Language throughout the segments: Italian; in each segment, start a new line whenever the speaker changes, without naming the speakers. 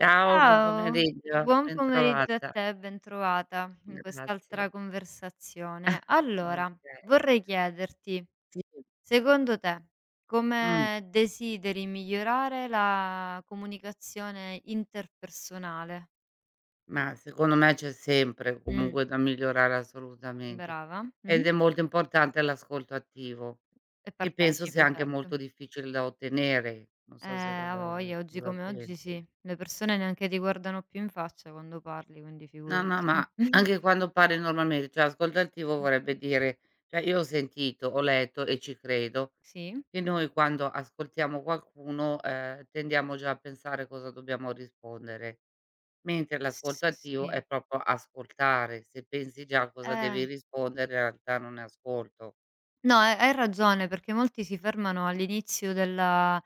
Ciao, buon
Ciao,
pomeriggio,
buon pomeriggio a
bentrovata.
te, bentrovata in quest'altra
Grazie.
conversazione.
Okay,
Allora, vorrei chiederti,
sì,
secondo te,
mh,
come desideri migliorare la comunicazione interpersonale?
ma secondo me c'è sempre
Mh,
comunque da migliorare assolutamente,
brava,
ed
mh-mh,
è molto importante l'ascolto attivo,
e
che penso
partecipe,
sia anche
certo.
molto difficile da ottenere. Non so se,
A voglia, oggi
cosa
come oggi
pensi.
sì. Le persone neanche ti guardano più in faccia quando parli, quindi
No,
figurati.
no, ma anche quando parli normalmente, cioè ascoltativo vorrebbe dire cioè io ho sentito, ho letto e ci credo,
Sì?
che noi quando ascoltiamo qualcuno, tendiamo già a pensare cosa dobbiamo rispondere, mentre
S
l'ascolto attivo è
sì.
proprio ascoltare, se pensi già a cosa
Eh.
devi rispondere in realtà non è ascolto.
No, hai ragione, perché molti si fermano all'inizio della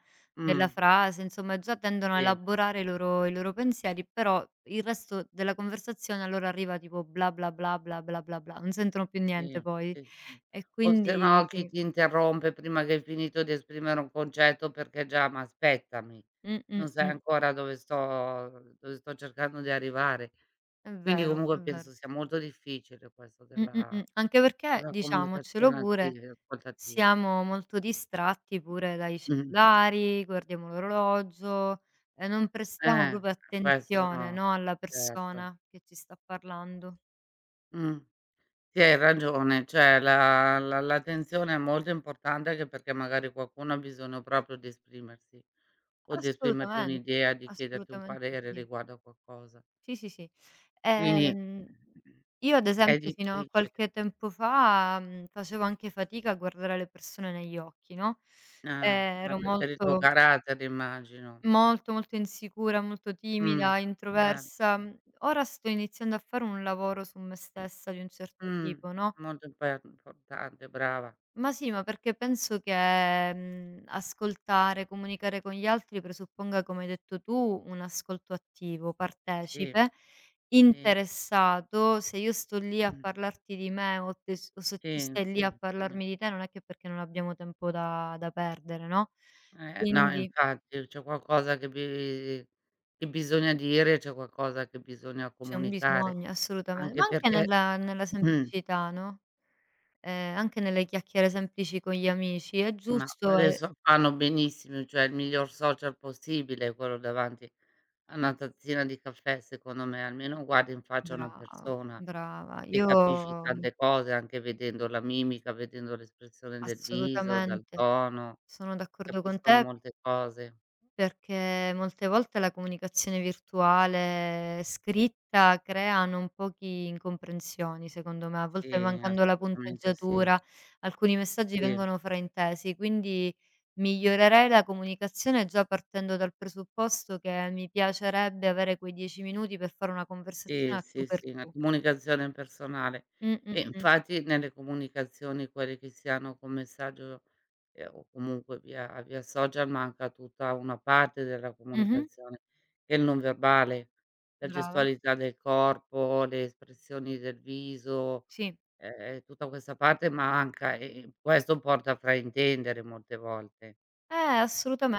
della
Mh,
frase, insomma già tendono a
sì.
elaborare i loro pensieri, però il resto della conversazione a loro arriva tipo bla, bla, bla, bla, bla, bla, bla, non sentono più
Sì,
niente poi.
sì, sì.
E
O se no
quindi
chi
sì.
ti interrompe prima che hai finito di esprimere un concetto perché già: "Ma aspettami,
Mh, mh,
non sai
mh.
ancora dove sto cercando di arrivare".
È
Quindi
vero, è
comunque
vero.
penso sia molto difficile questo della
Anche perché,
della
diciamocelo
comunicazione
pure,
attiva ascoltativa.
siamo molto distratti pure dai
Mh.
cellulari, guardiamo l'orologio e non prestiamo
Eh,
proprio
questo
attenzione,
no,
no, alla
certo.
persona che ci sta parlando.
Mh. Sì, hai ragione, cioè la l'attenzione è molto importante anche perché magari qualcuno ha bisogno proprio di esprimersi o di esprimerti
Assolutamente,
un'idea, di chiederti un
assolutamente
parere
sì.
riguardo a qualcosa.
Sì, sì, sì.
Quindi
Ehm, io ad
è
esempio fino a
difficile.
qualche tempo fa, facevo anche fatica a guardare le persone negli occhi, no, ehm,
Ah, ma
ero
pe per il tuo
molto
carattere immagino.
Molto, molto insicura, molto
Mh,
timida,
certo.
introversa. Mhmm, Ora sto iniziando a fare un lavoro su me stessa di un certo
Mh,
tipo, no,
molto imper importante, brava.
ma sì, ma perché penso che, ascoltare, comunicare con gli altri presupponga, come hai detto tu, un ascolto attivo,
Sì,
partecipe,
sì,
interessato. Se io sto lì a
mh,
parlarti di me o te s o se tu
sì,
stai lì a
sì, sì.
parlarmi di te, non è che perché non abbiamo tempo da perdere, no,
No
quindi.
infatti c'è qualcosa che bisogna dire, c'è qualcosa che bisogna
C'è un
comunicare,
bisogno, assolutamen
anche
ma anche
perché
nella semplicità, no, anche nelle chiacchiere semplici con gli amici è
ma
giusto
quelle
e
so fanno benissimo, cioè il miglior social possibile è quello davanti a una tazzina di caffè secondo me, almeno guardi in faccia una
brava,
persona
brava.
e capisci
Io
tante cose, anche vedendo la mimica, vedendo l'espressione del viso, dal
assolutamente
tono,
sono d'accordo con
capiscono
te.
molte cose.
Perché molte volte la comunicazione virtuale scritta crea non pochi incomprensioni, secondo me. A volte
Sì,
mancando la
assolutamente sì,
punteggiatura, alcuni messaggi
sì.
vengono fraintesi, quindi migliorerei la comunicazione già partendo dal presupposto che mi piacerebbe avere quei 10 minuti per fare una
Sì,
conversazione a tu
sì,
per
sì, una
tu.
comunicazione personale.
Mh, mh,
E
mh.
infatti nelle comunicazioni quelle che si hanno con messaggio, o comunque via social manca tutta una parte della
Mh-mh.
comunicazione che è il non verbale, la
Brava.
gestualità del corpo, le espressioni del viso,
Sì.
tutta questa parte manca e questo porta a fraintendere molte volte.
Eh,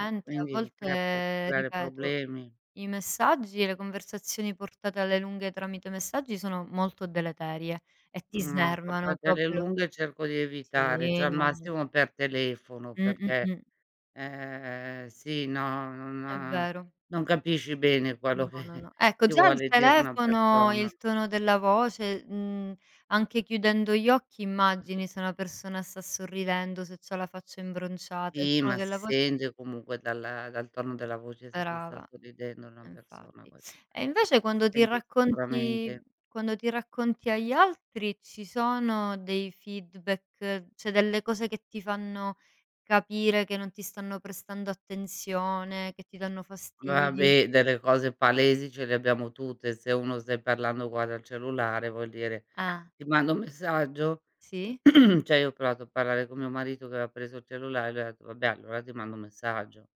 A
Quindi crea p
volte,
creare
ripeto,
problemi.
i messaggi e le conversazioni portate alle lunghe tramite messaggi sono molto deleterie e ti
No,
snervano
portate alle
proprio
lunghe cerco di evitare, cioè
sì,
al
no, no, no.
massimo per telefono
Mh, mh,
perché,
mh,
sì, no,
è vero.
non capisci bene quello
No,
che
no, no. Ecco
ti
già il
vuole dire una
telefono,
persona.
il tono della voce, anche chiudendo gli occhi immagini se una persona sta sorridendo, se c'ha la faccia imbronciata, il
Sì,
tono
ma si
della voce.
sente comunque dal tono della voce se ti sta
Brava.
sorridendo una persona,
Infatti.
questo
E invece
si
quando ti
sente sicuramente.
racconti agli altri ci sono dei feedback, cioè delle cose che ti fanno capire che non ti stanno prestando attenzione, che ti danno fastidio?
Vabbè, delle cose palesi ce le abbiamo tutte. Se uno stai parlando guarda il cellulare, vuol dire
Ah,
ti mando un messaggio.
sì?
Cioè io ho provato a parlare con mio marito che aveva preso il cellulare, lui ha detto: "Vabbè, allora ti mando un messaggio".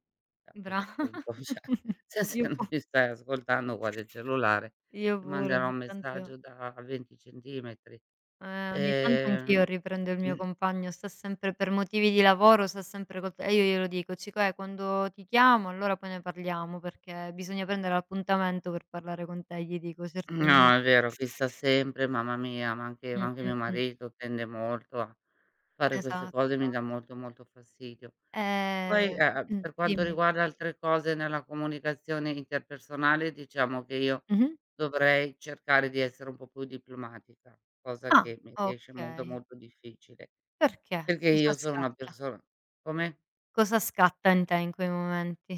Cioè a
Bra
questo punto, cioè se
Io
se non
pu
mi stai ascoltando guarda il cellulare,
io
ti
pure
manderò
ogni
un
tanto.
messaggio da 20 centimetri.
Ogni tanto
Ehm,
anch'io riprendo il mio
mh,
compagno, sta sempre per motivi di lavoro, sta sempre col e io glielo dico: "Cico, quando ti chiamo allora poi ne parliamo, perché bisogna prendere l'appuntamento per parlare con te", gli dico certe
no, è vero, chi sta sempre, mamma mia, ma
mh,
anche mio
mh.
marito tende molto a fare queste
Esatto,
cose mi dà
esatto.
molto, molto fastidio.
Ehm
Poi, per quanto
Dimmi.
riguarda altre cose nella comunicazione interpersonale, diciamo che io
Mh-mh.
dovrei cercare di essere un po' più diplomatica, cosa
Ah,
che mi riesce molto,
okay.
molto difficile,
Perché?
perché
Cosa
io sono una
scatta?
persona. Come?
Cosa scatta in te in quei momenti?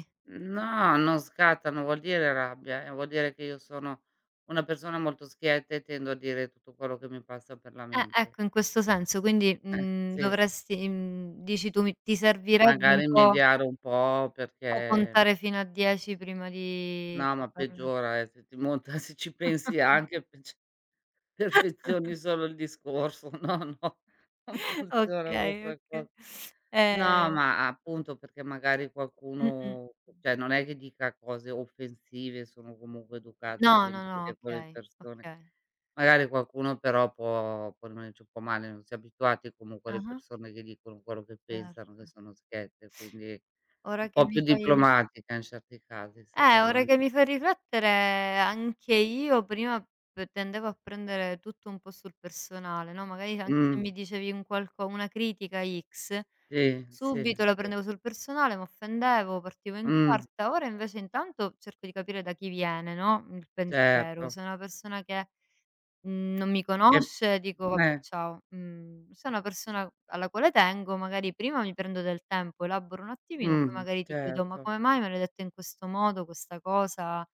No, non scatta, non vuol dire rabbia, vuol dire che io sono una persona molto schietta e tendo a dire tutto quello che mi passa per la mente.
Ecco, in questo senso, quindi,
Sì,
dovresti dici tu mi ti servirebbe un
magari
po'.
mediare un po'
O
perché...
contare fino a 10 prima di
No, ma
parla
peggiora, se ti monta se ci pensi anche pec perfezioni solo il discorso. No, no, non funziona
Okay,
questa
okay.
cosa. No,
Ehm,
ma appunto perché magari
mh-mh.
qualcuno cioè non è che dica cose offensive, sono comunque educata,
No, no, no,
gentile con le
okay,
persone.
okay.
Magari qualcuno però può rimanerci un po' male, non si è abituati comunque alle
Ah-ah,
persone che dicono quello che pensano, che
certo.
sono schiette, quindi un
Ora che
po' più
mi fai
diplomatica in certi casi secondo
Ora
me.
che mi fai riflettere anche io prima p tendevo a prendere tutto un po' sul personale, no, magari anche se
Mh.
mi dicevi un qualco una critica X.
Sì, sì,
Subito la
sì.
prendevo sul personale, m'offendevo, partivo in
Mh,
quarta. Ora invece intanto cerco di capire da chi viene, no, il pensiero.
certo.
Se è una persona che, non mi
Ehm,
conosce dico: "Vabbè,
eh,
ciao". Mhmm, Se è una persona alla quale tengo, magari prima mi prendo del tempo, elaboro un attimino, poi magari ti chiedo: "Ma
certo.
come mai me l'hai detto in questo modo questa cosa?"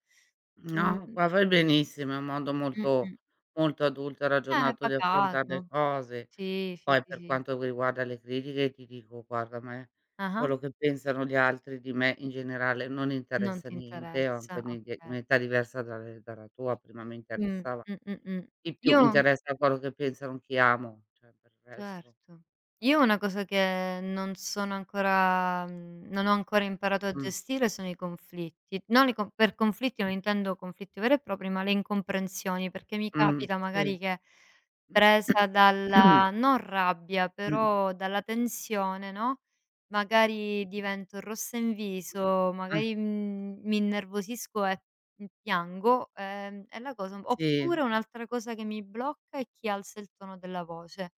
No,
Mhmm,
qua vai benissimo, è un modo molto
mh-mh.
molto adulto e ragionato di affrontar le
Pacato.
cose.
Sì, sì,
Poi
sì,
per
sì.
quanto riguarda le critiche ti dico, guarda a me
Ah-ah.
quello che pensano gli altri di me in generale non
Non
interessa
ti
niente, ho
interessa,
anche
okay.
un'età diversa dalle dalla tua, prima mi
Mh,
interessava
mh, mh, mh.
di più, mi
Io
interessa quello che pensano chi amo, cioè per il resto
Certo. Io una cosa che non ho ancora imparato a
mh,
gestire sono i conflitti. Non i con per conflitti non intendo conflitti veri e propri, ma le incomprensioni, perché mi
mh,
capita
sì.
magari che presa dalla non rabbia, però dalla tensione, no, magari divento rossa in viso,
Ah,
magari, mi innervosisco e, piango, è la cosa
sì,
oppure un'altra cosa che mi blocca è chi alza il tono della voce.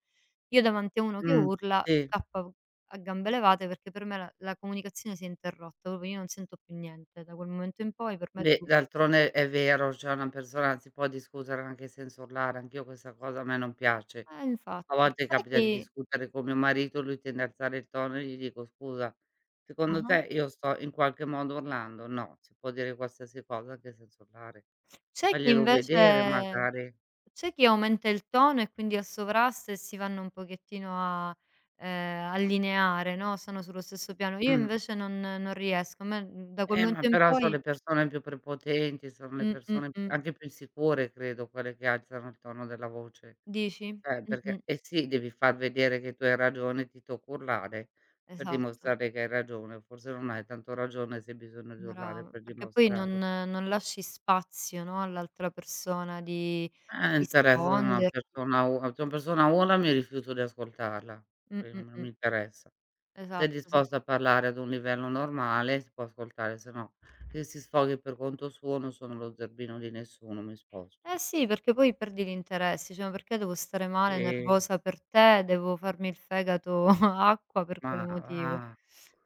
Io davanti a uno che
mh,
urla
sì.
scappo a gambe levate perché per me la comunicazione si è interrotta, proprio io non sento più niente. Da quel momento in poi per me
Beh,
tu.
d'altronde è vero, cioè una persona si può discutere anche senza urlare, anch'io questa cosa a me non piace.
Eh,
A
infatti.
volte
C'è
capita di
chi
discutere con mio marito, lui tende ad alzare il tono e gli dico: "Scusa, secondo
Ah-ah.
te io sto in qualche modo urlando?" "No, si può dire qualsiasi cosa anche senza urlare.
c'è chi
Faglielo vedere
invece
magari."
c'è chi aumenta il tono e quindi assovrasta e si vanno un pochettino a, allineare, no, sono sullo stesso piano. Io
Mh.
invece non riesco. A me, da quel
Ma
momento in
però son
poi
le persone più prepotenti, sono le
mh, mh,
persone p
mh.
anche più insicure credo quelle che alzano il tono della voce.
Dici?
Perché
Mh-mh,
eh sì, devi far vedere che tu hai ragione, ti tocca urlare per
esatto.
dimostrare che hai ragione. Forse non hai tanto ragione se hai bisogno di urlare
Brava,
per
perché poi non
dimostrarlo.
non lasci spazio, no, all'altra persona di
Interessa se una
risponderti.
persona u se una persona urla mi rifiuto di ascoltarla,
Mh,
perché
mh,
non mi
mh.
interessa. Sei
Esatto, esa
disposto a parlare ad un livello normale, si può ascoltare, se no che si sfoghi per conto suo, non sono lo zerbino di nessuno, mi sposto.
eh sì, perché poi perdi l'interesse, cioè, ma perché devo stare male,
Sì.
nervosa per te, devo farmi il fegato acqua per
Ma
quale motivo?
va,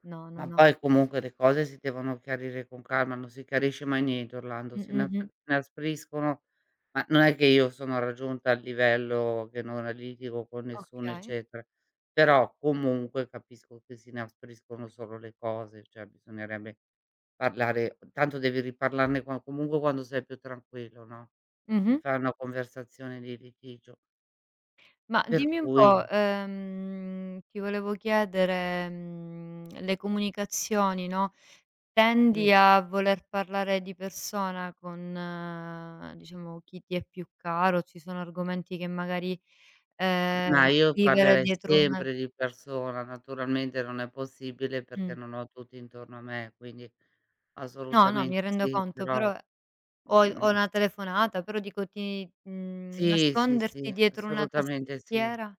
No, no,
ma
no.
poi comunque le cose si devono chiarire con calma, non si chiarisce mai niente Orlando,
Mh,
si
mh, mh.
inaspriscono, ma non è che io sono raggiunta al livello che non litigo con nessuno,
Okay.
eccetera, però comunque capisco che si inaspriscono solo le cose, cioè bisognerebbe parlare tanto devi riparlarne qua comunque quando sei più tranquillo, no, se
Mh-mh.
fai una conversazione di litigio.
Ma
Per
dimmi un
cui
po', ti volevo chiedere, le comunicazioni, no,
sì,
tendi a voler parlare di persona con, diciamo, chi ti è più caro? Ci sono argomenti che magari,
ma io
scrivere
parlerei
dietro una
sempre di persona, naturalmente non è possibile perché
mh.
non ho tutti intorno a me, quindi
No, no, mi
assolutamente
rendo
sì,
conto,
però
però o
mhmm,
una telefonata, però dico ti
sì, sì,
nasconderti
sì,
dietro una
assolutamente sì.
tastiera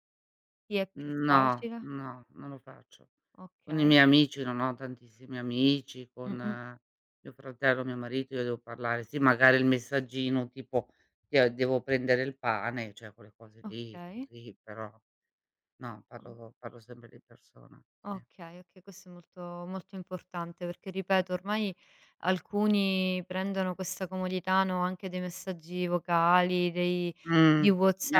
ti è più
No,
facile?
no, non lo faccio. Con i
Okay.
miei amici, non ho tantissimi amici, con
Mh-mh.
mio fratello, mio marito, io devo parlare sì, magari il messaggino tipo: "Ti a devo prendere il pane", cioè quelle cose lì,
Okay.
così, però no,
O
parlo sempre di persona, sì.
Okay, okay, questo è molto molto importante perché ripeto ormai alcuni prendono questa comodità, no, anche dei messaggi vocali, dei
Mh,
di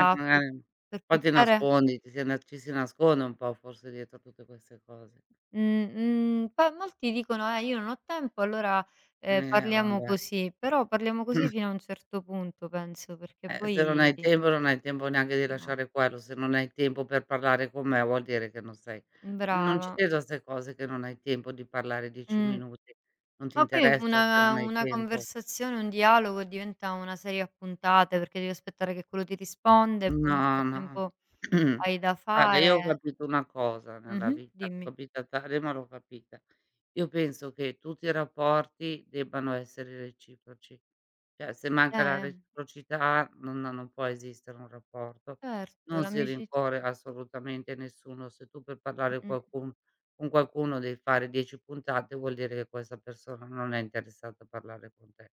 magari
per
poi ti
portare
nascondi, ci si nasconde un po' forse dietro a tutte queste cose.
mh, poi molti dicono: io non ho tempo allora, parliamo
Vabbè.
così", però parliamo così fino a un certo punto penso, perché
Se non hai
poi
tempo, non hai tempo neanche di
no.
lasciare quello, se non hai tempo per parlare con me vuol dire che non sei ma non ci
Brava.
credo a 'ste cose che non hai tempo di parlare 10
Mh.
minuti, non ti
Ma poi
interessa se
una
non hai
una
tempo.
conversazione, un dialogo diventa una serie a puntate, perché devi aspettare che quello ti risponde e poi nel
No, no.
frattempo hai da
Guarda, io ho
fare.
capito una cosa nella
Mh-mh,
vita, l'ho
dimmi.
capita tardi, ma l'ho capita. Io penso che tutti i rapporti debbano essere reciproci. Cioè, se manca la
Eh,
reciprocità non può esistere un rapporto.
certo,
Non si
l'amicizia
rincorre assolutamente nessuno. Se tu per parlare
mh-mh.
qualcun con qualcuno devi fare 10 puntate, vuol dire che questa persona non è interessata a parlare con te.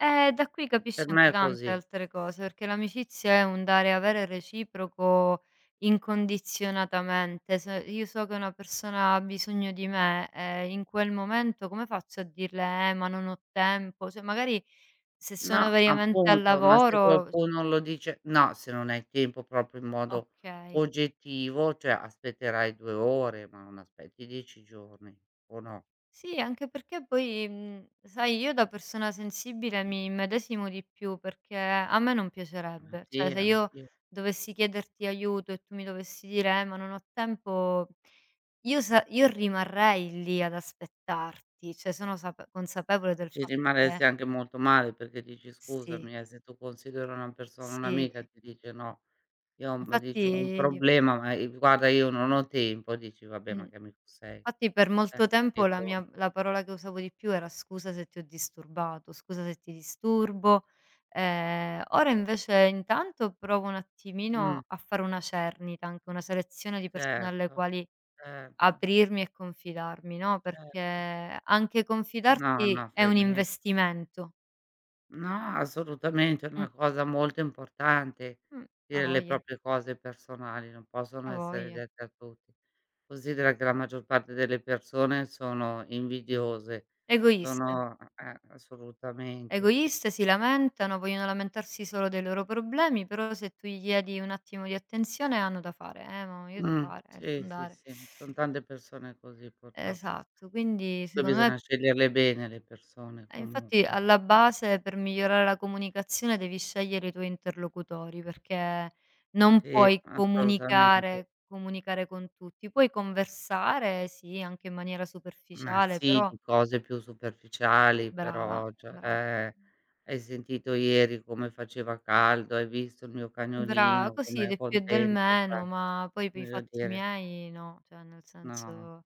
Da qui capisci
Per me
anche
è
tante
così.
altre cose, perché l'amicizia è un dare e avere reciproco incondizionatamente. Se io so che una persona ha bisogno di me, in quel momento come faccio a dirle: ma non ho tempo", cioè magari se sono
No,
veramente al
appunto, ma se
lavoro.
qualcuno lo dice no, se non hai tempo proprio in modo
Okay.
oggettivo, cioè aspetterai 2 ore, ma non aspetti 10 giorni, o no?
Sì, anche perché poi, sai io da persona sensibile mi immedesimo di più, perché a me non
Ah,
piacerebbe.
sì,
Cioè, se io
anch'io.
dovessi chiederti aiuto e tu mi dovessi dire: ma non ho tempo", io rimarrei lì ad aspettarti, cioè sono sape consapevole del
Ci
fatto che
rimarresti anche molto male perché dici:
sì,
"Scusami, se tu consideri una persona
sì.
un'amica, ti dice no, io ho un"
Infatti
dici: "Ho un problema, ma, guarda io non ho tempo", dici: "Vabbè, ma
mh.
che amico sei?"
Infatti per
Eh,
molto tempo
dei
la
conti.
mia la parola che usavo di più era: "Scusa se ti ho disturbato, scusa se ti disturbo". Ora invece intanto provo un
Mh,
attimino a fare una cernita, anche una selezione di persone alle
certo,
quali
certo,
aprirmi e confidarmi, no,
certo.
perché anche
No,
confidarti
no,
è
fai
un
bene.
investimento.
No, assolutamente, è
Mh,
una cosa molto importante
mh, a
dire le
voglia,
proprie cose personali, non possono
a
essere
voglia.
dette a tutti. Considera che la maggior parte delle persone sono invidiose,
Egoiste.
sono assolutamente.
Egoiste, si lamentano, vogliono lamentarsi solo dei loro problemi, però se tu gli chiedi un attimo di attenzione hanno da fare: ma io devo fare, devo
Sì, sì,
andare".
sì, son tante persone così purtroppo.
Esatto, quindi
Poi
secondo
bisogna
me.
sceglierle bene le persone
E infatti
comunque.
alla base per migliorare la comunicazione devi scegliere i tuoi interlocutori, perché non
Sì,
puoi
assolutamente.
comunicare con tutti. Puoi conversare, sì, anche in maniera
Ma
superficiale,
sì,
però
di cose più superficiali
brava,
però, cioè,
brava.
hai sentito ieri come faceva caldo, hai visto il mio
Brava,
cagnolino
così
com'è
del più e del
contento, cioè,
meno, ma poi per i
voglio
fatti
dire,
miei no, cioè nel
no.
senso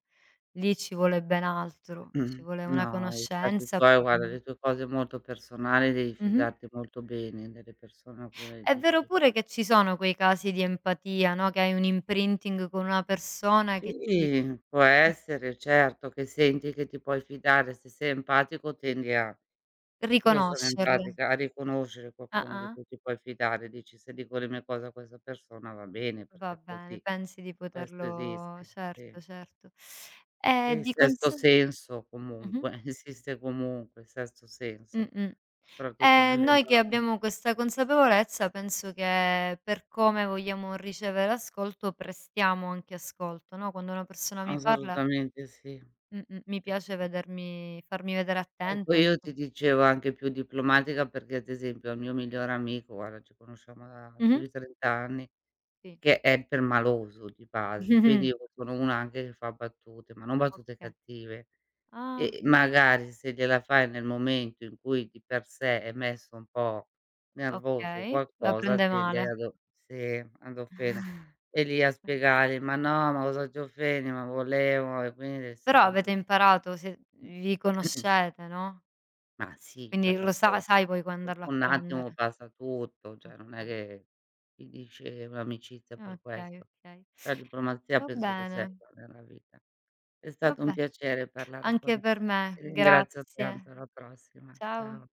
lì ci vuole ben altro, ci
Mm,
vuole una
no, i fatti
conoscenza
tuoi guarda,
approfondi
le tue cose molto personali devi
mh-mh.
fidarti molto bene delle persone a cui le
È vero
dici.
pure che ci sono quei casi di empatia, no, che hai un imprinting con una persona che ti
Sì, può essere certo che senti che ti puoi fidare, se sei empatico tendi a... Anch'io sono
riconoscerle.
empatica a riconoscere qualcuno di
Ah-ah,
cui ti puoi fidare, dici: "Se dico le mie cose a questa persona va bene perché
va
è
bene,
così".
pensi di
Questo
poterlo
esiste,
certo,
sì.
certo. E
Sì,
di
sesto
conse
senso
Mh-mh,
comunque, esiste comunque il sesto senso,
mh-mh.
soprattutto nelle
Noi che
donne.
abbiamo questa consapevolezza penso che per come vogliamo ricevere ascolto prestiamo anche ascolto, no, quando una persona mi parla
Assolutamente sì.
mh-mh, mi piace
Sì.
vedermi farmi vedere
Ecco,
attenta
io ti
insom
dicevo anche più diplomatica perché ad esempio al mio migliore amico, guarda ci conosciamo da più
mh-mh,
di 30 anni,
sì.
che è permaloso di base, quindi io sono una anche che fa battute, ma non battute
Oka
cattive.
Ah,
E magari se gliela fai nel momento in cui di per sé è messo un po' nervoso o
okay, la
qualcosa,
prende
tende
male.
ad o sì, ad offendere. E lì a spiegare: "Ma no, ma cosa ti offendi? Ma volevo" e quindi devi
Però
stare un
avete
po'
imparato, sie vi
più mh.
conoscete, no,
Ma sì, cioè
quindi lo sa sai poi come andarlo
dopo
a
un attimo
prendere.
passa tutto, cioè non è
Okay,
che si dice un'amicizia per
okay,
questo.
okay.
La diplomazia
Va
penso che
bene,
serva nella vita. È stato un
vabbè.
piacere parlare con
Anche
te.
per me,
Ti ringrazio tanto,
grazie.
alla prossima.
Ciao.
Ciao.